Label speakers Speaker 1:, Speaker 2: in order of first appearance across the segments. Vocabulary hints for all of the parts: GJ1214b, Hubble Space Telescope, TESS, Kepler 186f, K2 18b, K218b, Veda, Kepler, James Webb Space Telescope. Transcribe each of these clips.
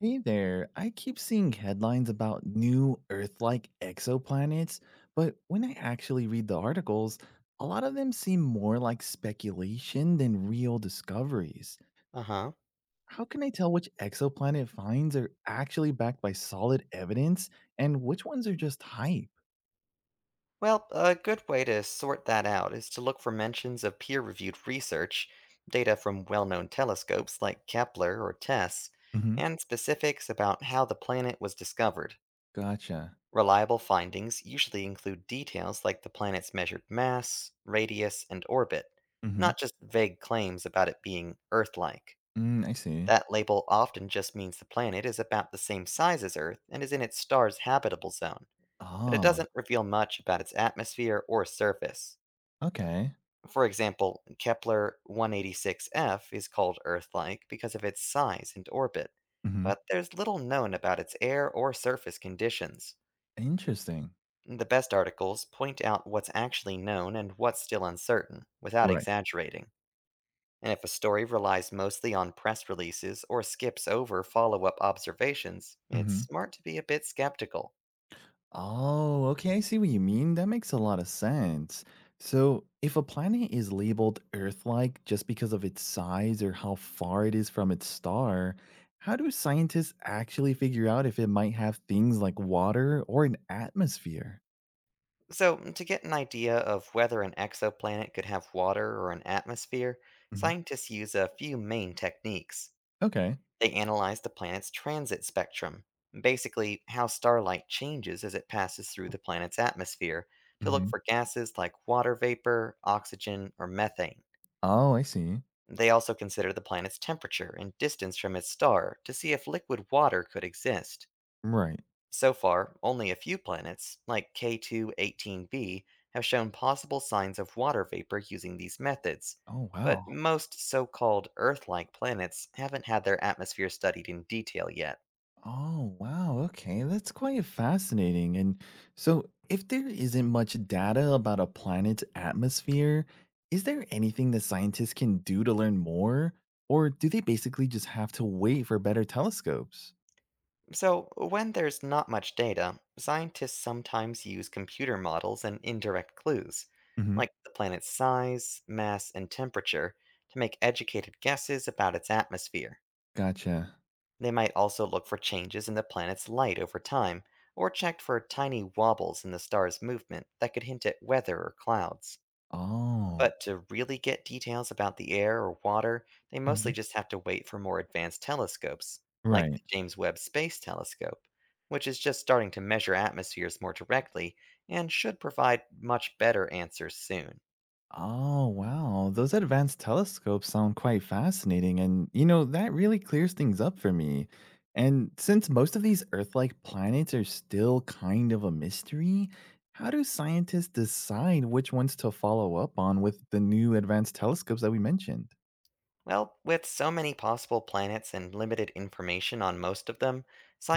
Speaker 1: Hey there, I keep seeing headlines about new Earth like exoplanets, but when I actually read the articles, a lot of them seem more like speculation than real discoveries.
Speaker 2: Uh huh.
Speaker 1: How can I tell which exoplanet finds are actually backed by solid evidence and which ones are just hype?
Speaker 2: Well, a good way to sort that out is to look for mentions of peer reviewed research, data from well known telescopes like Kepler or TESS,
Speaker 1: hmm
Speaker 2: and specifics about how the planet was discovered.
Speaker 1: Gotcha.
Speaker 2: Reliable findings usually include details like the planet's measured mass, radius, and orbit,
Speaker 1: hmm
Speaker 2: not just vague claims about it being Earth like.
Speaker 1: Mm, I see.
Speaker 2: That label often just means the planet is about the same size as Earth and is in its star's habitable zone, but it
Speaker 1: Ah,
Speaker 2: doesn't reveal much about its atmosphere or surface.
Speaker 1: okay.
Speaker 2: For example, Kepler 186f is called Earth like because of its size and orbit,
Speaker 1: hmm
Speaker 2: but there's little known about its air or surface conditions.
Speaker 1: Interesting.
Speaker 2: The best articles point out what's actually known and what's still uncertain, without
Speaker 1: Right.
Speaker 2: exaggerating. And if a story relies mostly on press releases or skips over follow up observations, it's smart to be a bit skeptical.
Speaker 1: Oh, okay. I see what you mean. That makes a lot of sense. So, if a planet is labeled Earth like just because of its size or how far it is from its star, how do scientists actually figure out if it might have things like water or an atmosphere?
Speaker 2: So, to get an idea of whether an exoplanet could have water or an atmosphere,
Speaker 1: hmm
Speaker 2: scientists use a few main techniques.
Speaker 1: Okay.
Speaker 2: They analyze the planet's transit spectrum, basically, how starlight changes as it passes through the planet's atmosphere, to look
Speaker 1: hmm
Speaker 2: for gases like water vapor, oxygen, or methane.
Speaker 1: Oh, I see.
Speaker 2: They also consider the planet's temperature and distance from its star to see if liquid water could exist.
Speaker 1: Right.
Speaker 2: So far, only a few planets, like K2 18b, have shown possible signs of water vapor using these methods,
Speaker 1: Oh,
Speaker 2: but
Speaker 1: wow.
Speaker 2: most so called Earth like planets haven't had their atmosphere studied in detail yet.
Speaker 1: Oh, wow. Okay. That's quite fascinating. And so, if there isn't much data about a planet's atmosphere, is there anything that scientists can do to learn more? Or do they basically just have to wait for better telescopes?
Speaker 2: So, when there's not much data, scientists sometimes use computer models and indirect clues,
Speaker 1: hmm
Speaker 2: like the planet's size, mass, and temperature, to make educated guesses about its atmosphere.
Speaker 1: Gotcha.
Speaker 2: They might also look for changes in the planet's light over time, or check for tiny wobbles in the star's movement that could hint at weather or clouds.
Speaker 1: Oh,
Speaker 2: But to really get details about the air or water, they mostly
Speaker 1: mhm.
Speaker 2: just have to wait for more advanced telescopes, like
Speaker 1: Right.
Speaker 2: the James Webb Space Telescope, which is just starting to measure atmospheres more directly and should provide much better answers soon.
Speaker 1: Oh, wow. Those advanced telescopes sound quite fascinating. And, that really clears things up for me. And since most of these Earth like planets are still kind of a mystery, how do scientists decide which ones to follow up on with the new advanced telescopes that we mentioned?
Speaker 2: Well, with so many possible planets and limited information on most of them,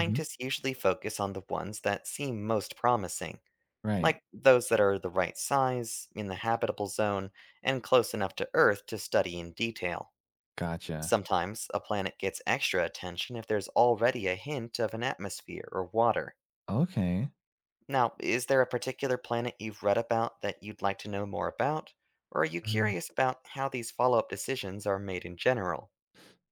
Speaker 1: Mhm.
Speaker 2: usually focus on the ones that seem most promising,
Speaker 1: Right.
Speaker 2: like those that are the right size, in the habitable zone, and close enough to Earth to study in detail.
Speaker 1: Gotcha.
Speaker 2: Sometimes a planet gets extra attention if there's already a hint of an atmosphere or water.
Speaker 1: Okay.
Speaker 2: Now, is there a particular planet you've read about that you'd like to know more about? Or are you curious about how these follow up decisions are made in general?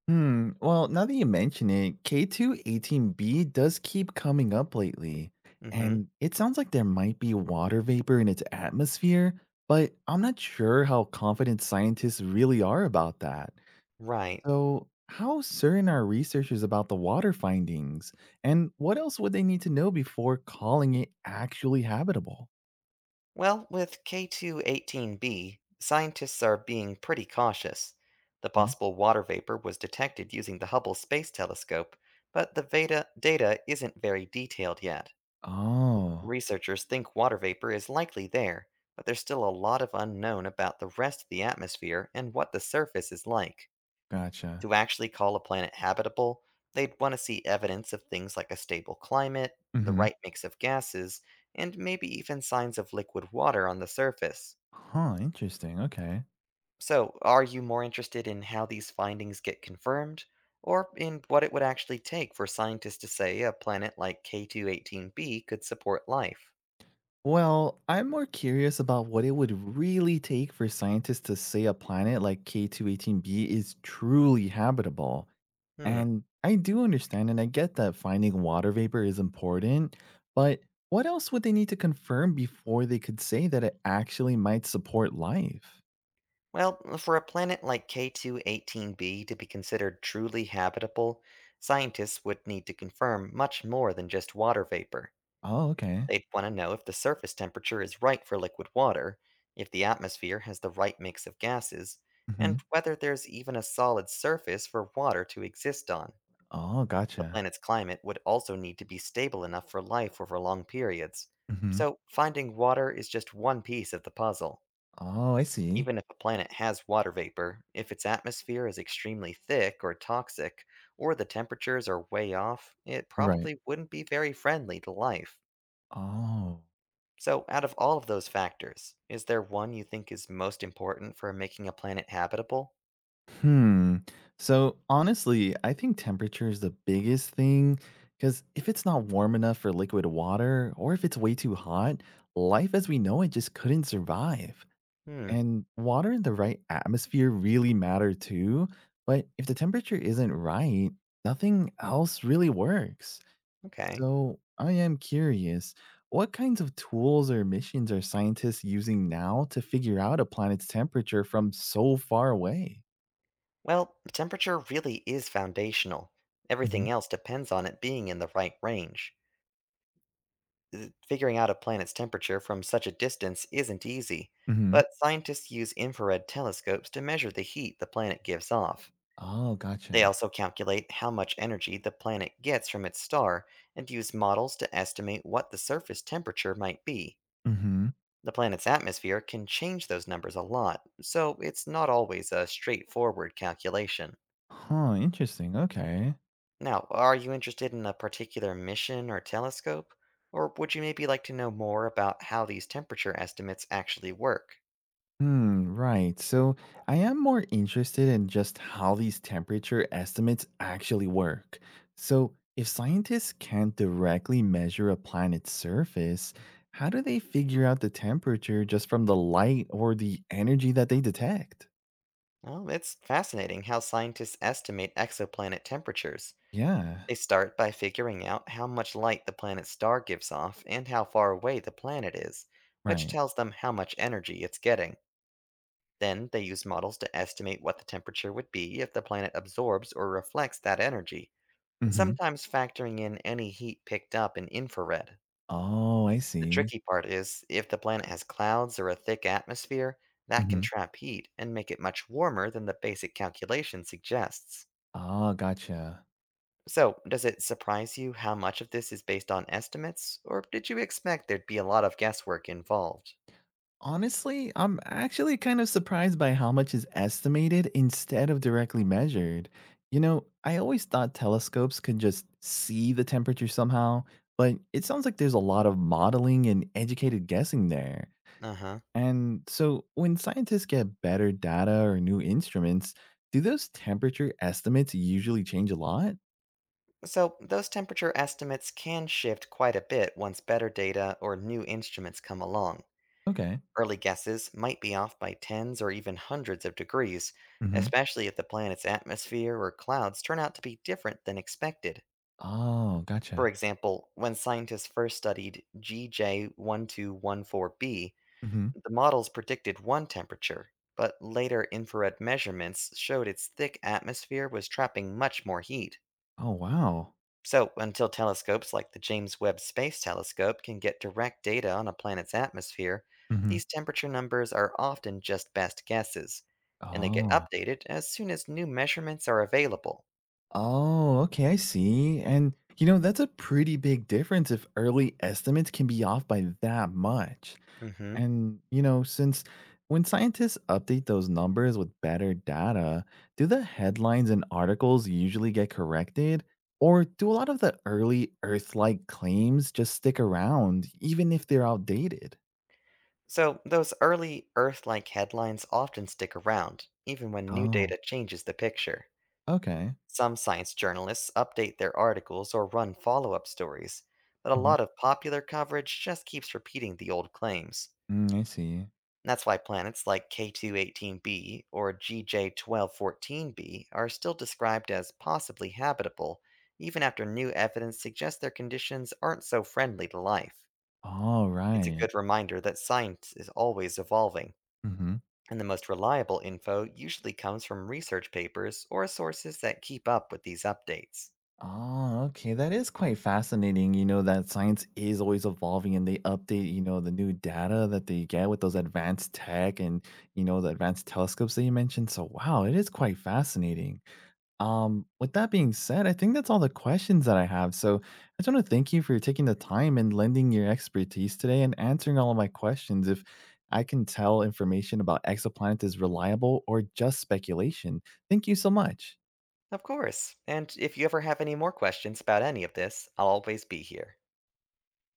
Speaker 1: Hmm. Well, now that you mention it, K218b does keep coming up lately,
Speaker 2: Mm hmm.
Speaker 1: and it sounds like there might be water vapor in its atmosphere, but I'm not sure how confident scientists really are about that.
Speaker 2: Right.
Speaker 1: So, how certain are researchers about the water findings, and what else would they need to know before calling it actually habitable?
Speaker 2: Well, with K218b, scientists are being pretty cautious. The
Speaker 1: Mm.
Speaker 2: possible water vapor was detected using the Hubble Space Telescope, but the Veda data isn't very detailed yet.
Speaker 1: Oh,
Speaker 2: Researchers think water vapor is likely there, but there's still a lot of unknown about the rest of the atmosphere and what the surface is like.
Speaker 1: gotcha.
Speaker 2: To actually call a planet habitable, they'd want to see evidence of things like a stable climate, the
Speaker 1: hmm
Speaker 2: right mix of gases, and maybe even signs of liquid water on the surface.
Speaker 1: Huh, interesting. Okay.
Speaker 2: So, are you more interested in how these findings get confirmed, or in what it would actually take for scientists to say a planet like K218b could support life?
Speaker 1: Well, I'm more curious about what it would really take for scientists to say a planet like K218b is truly habitable.
Speaker 2: Hmm.
Speaker 1: And I do understand and I get that finding water vapor is important, but what else would they need to confirm before they could say that it actually might support life?
Speaker 2: Well, for a planet like K218b to be considered truly habitable, scientists would need to confirm much more than just water vapor.
Speaker 1: Oh, okay.
Speaker 2: They'd want to know if the surface temperature is right for liquid water, if the atmosphere has the right mix of gases, and
Speaker 1: hmm
Speaker 2: whether there's even a solid surface for water to exist on.
Speaker 1: Oh,
Speaker 2: The
Speaker 1: gotcha.
Speaker 2: planet's climate would also need to be stable enough for life over long periods.
Speaker 1: hmm
Speaker 2: So, finding water is just one piece of the puzzle.
Speaker 1: Oh, I see.
Speaker 2: Even if a planet has water vapor, if its atmosphere is extremely thick or toxic, or the temperatures are way off, it
Speaker 1: Right.
Speaker 2: probably wouldn't be very friendly to life.
Speaker 1: Oh.
Speaker 2: So, out of all of those factors, is there one you think is most important for making a planet habitable?
Speaker 1: Hmm. So honestly, I think temperature is the biggest thing because if it's not warm enough for liquid water or if it's way too hot, life as we know it just couldn't survive.
Speaker 2: Hmm,
Speaker 1: And water in the right atmosphere really matter too. But if the temperature isn't right, nothing else really works.
Speaker 2: okay.
Speaker 1: So I am curious, what kinds of tools or missions are scientists using now to figure out a planet's temperature from so far away?
Speaker 2: Well, temperature really is foundational. Everything else depends on it being in the right range. Figuring out a planet's temperature from such a distance isn't easy,
Speaker 1: hmm
Speaker 2: but scientists use infrared telescopes to measure the heat the planet gives off.
Speaker 1: Oh,
Speaker 2: They
Speaker 1: gotcha.
Speaker 2: also calculate how much energy the planet gets from its star and use models to estimate what the surface temperature might be.
Speaker 1: Mm-hmm.
Speaker 2: The planet's atmosphere can change those numbers a lot, so it's not always a straightforward calculation.
Speaker 1: Huh, interesting. Okay.
Speaker 2: Now, are you interested in a particular mission or telescope? Or would you maybe like to know more about how these temperature estimates actually work?
Speaker 1: Hmm, right. So I am more interested in just how these temperature estimates actually work. So if scientists can't directly measure a planet's surface, how do they figure out the temperature just from the light or the energy that they detect?
Speaker 2: Well, it's fascinating how scientists estimate exoplanet temperatures.
Speaker 1: Yeah,
Speaker 2: They start by figuring out how much light the planet's star gives off and how far away the planet is, which
Speaker 1: right.
Speaker 2: tells them how much energy it's getting. Then they use models to estimate what the temperature would be if the planet absorbs or reflects that energy,
Speaker 1: Mm-hmm.
Speaker 2: sometimes factoring in any heat picked up in infrared.
Speaker 1: Oh, I
Speaker 2: The
Speaker 1: see.
Speaker 2: tricky part is if the planet has clouds or a thick atmosphere, that can
Speaker 1: Mm-hmm.
Speaker 2: trap heat and make it much warmer than the basic calculation suggests.
Speaker 1: Ah, gotcha.
Speaker 2: So, does it surprise you how much of this is based on estimates, or did you expect there'd be a lot of guesswork involved?
Speaker 1: Honestly, I'm actually kind of surprised by how much is estimated instead of directly measured. I always thought telescopes could just see the temperature somehow, but it sounds like there's a lot of modeling and educated guessing there.
Speaker 2: Uh huh.
Speaker 1: And so when scientists get better data or new instruments, do those temperature estimates usually change a lot?
Speaker 2: So, those temperature estimates can shift quite a bit once better data or new instruments come along.
Speaker 1: Okay.
Speaker 2: Early guesses might be off by tens or even hundreds of degrees,
Speaker 1: hmm
Speaker 2: especially if the planet's atmosphere or clouds turn out to be different than expected.
Speaker 1: Oh,
Speaker 2: For
Speaker 1: gotcha.
Speaker 2: example, when scientists first studied GJ1214b,
Speaker 1: hmm
Speaker 2: the models predicted one temperature, but later infrared measurements showed its thick atmosphere was trapping much more heat.
Speaker 1: Oh, wow.
Speaker 2: So, until telescopes like the James Webb Space Telescope can get direct data on a planet's atmosphere,
Speaker 1: hmm
Speaker 2: these temperature numbers are often just best guesses, and they get
Speaker 1: Oh.
Speaker 2: updated as soon as new measurements are available.
Speaker 1: Oh, okay, I see. And that's a pretty big difference if early estimates can be off by that much.
Speaker 2: hmm
Speaker 1: And you know, since when scientists update those numbers with better data, do the headlines and articles usually get corrected? Or do a lot of the early Earth like claims just stick around, even if they're outdated?
Speaker 2: So, those early Earth like headlines often stick around, even when new
Speaker 1: Oh,
Speaker 2: data changes the picture.
Speaker 1: okay.
Speaker 2: Some science journalists update their articles or run follow up stories, but a
Speaker 1: Mhm.
Speaker 2: lot of popular coverage just keeps repeating the old claims.
Speaker 1: Mm, I see.
Speaker 2: That's why planets like K218b or GJ1214b are still described as possibly habitable, even after new evidence suggests their conditions aren't so friendly to life.
Speaker 1: All
Speaker 2: It's a
Speaker 1: right.
Speaker 2: good reminder that science is always evolving,
Speaker 1: Mhm.
Speaker 2: and the most reliable info usually comes from research papers or sources that keep up with these updates.
Speaker 1: Oh, okay. That is quite fascinating, that science is always evolving and they update, the new data that they get with those advanced tech and, the advanced telescopes that you mentioned. So, wow, it is quite fascinating. With that being said, I think that's all the questions that I have. So, I just want to thank you for taking the time and lending your expertise today and answering all of my questions. If I can tell information about exoplanets is reliable or just speculation, thank you so much.
Speaker 2: Of course, and if you ever have any more questions about any of this, I'll always be here.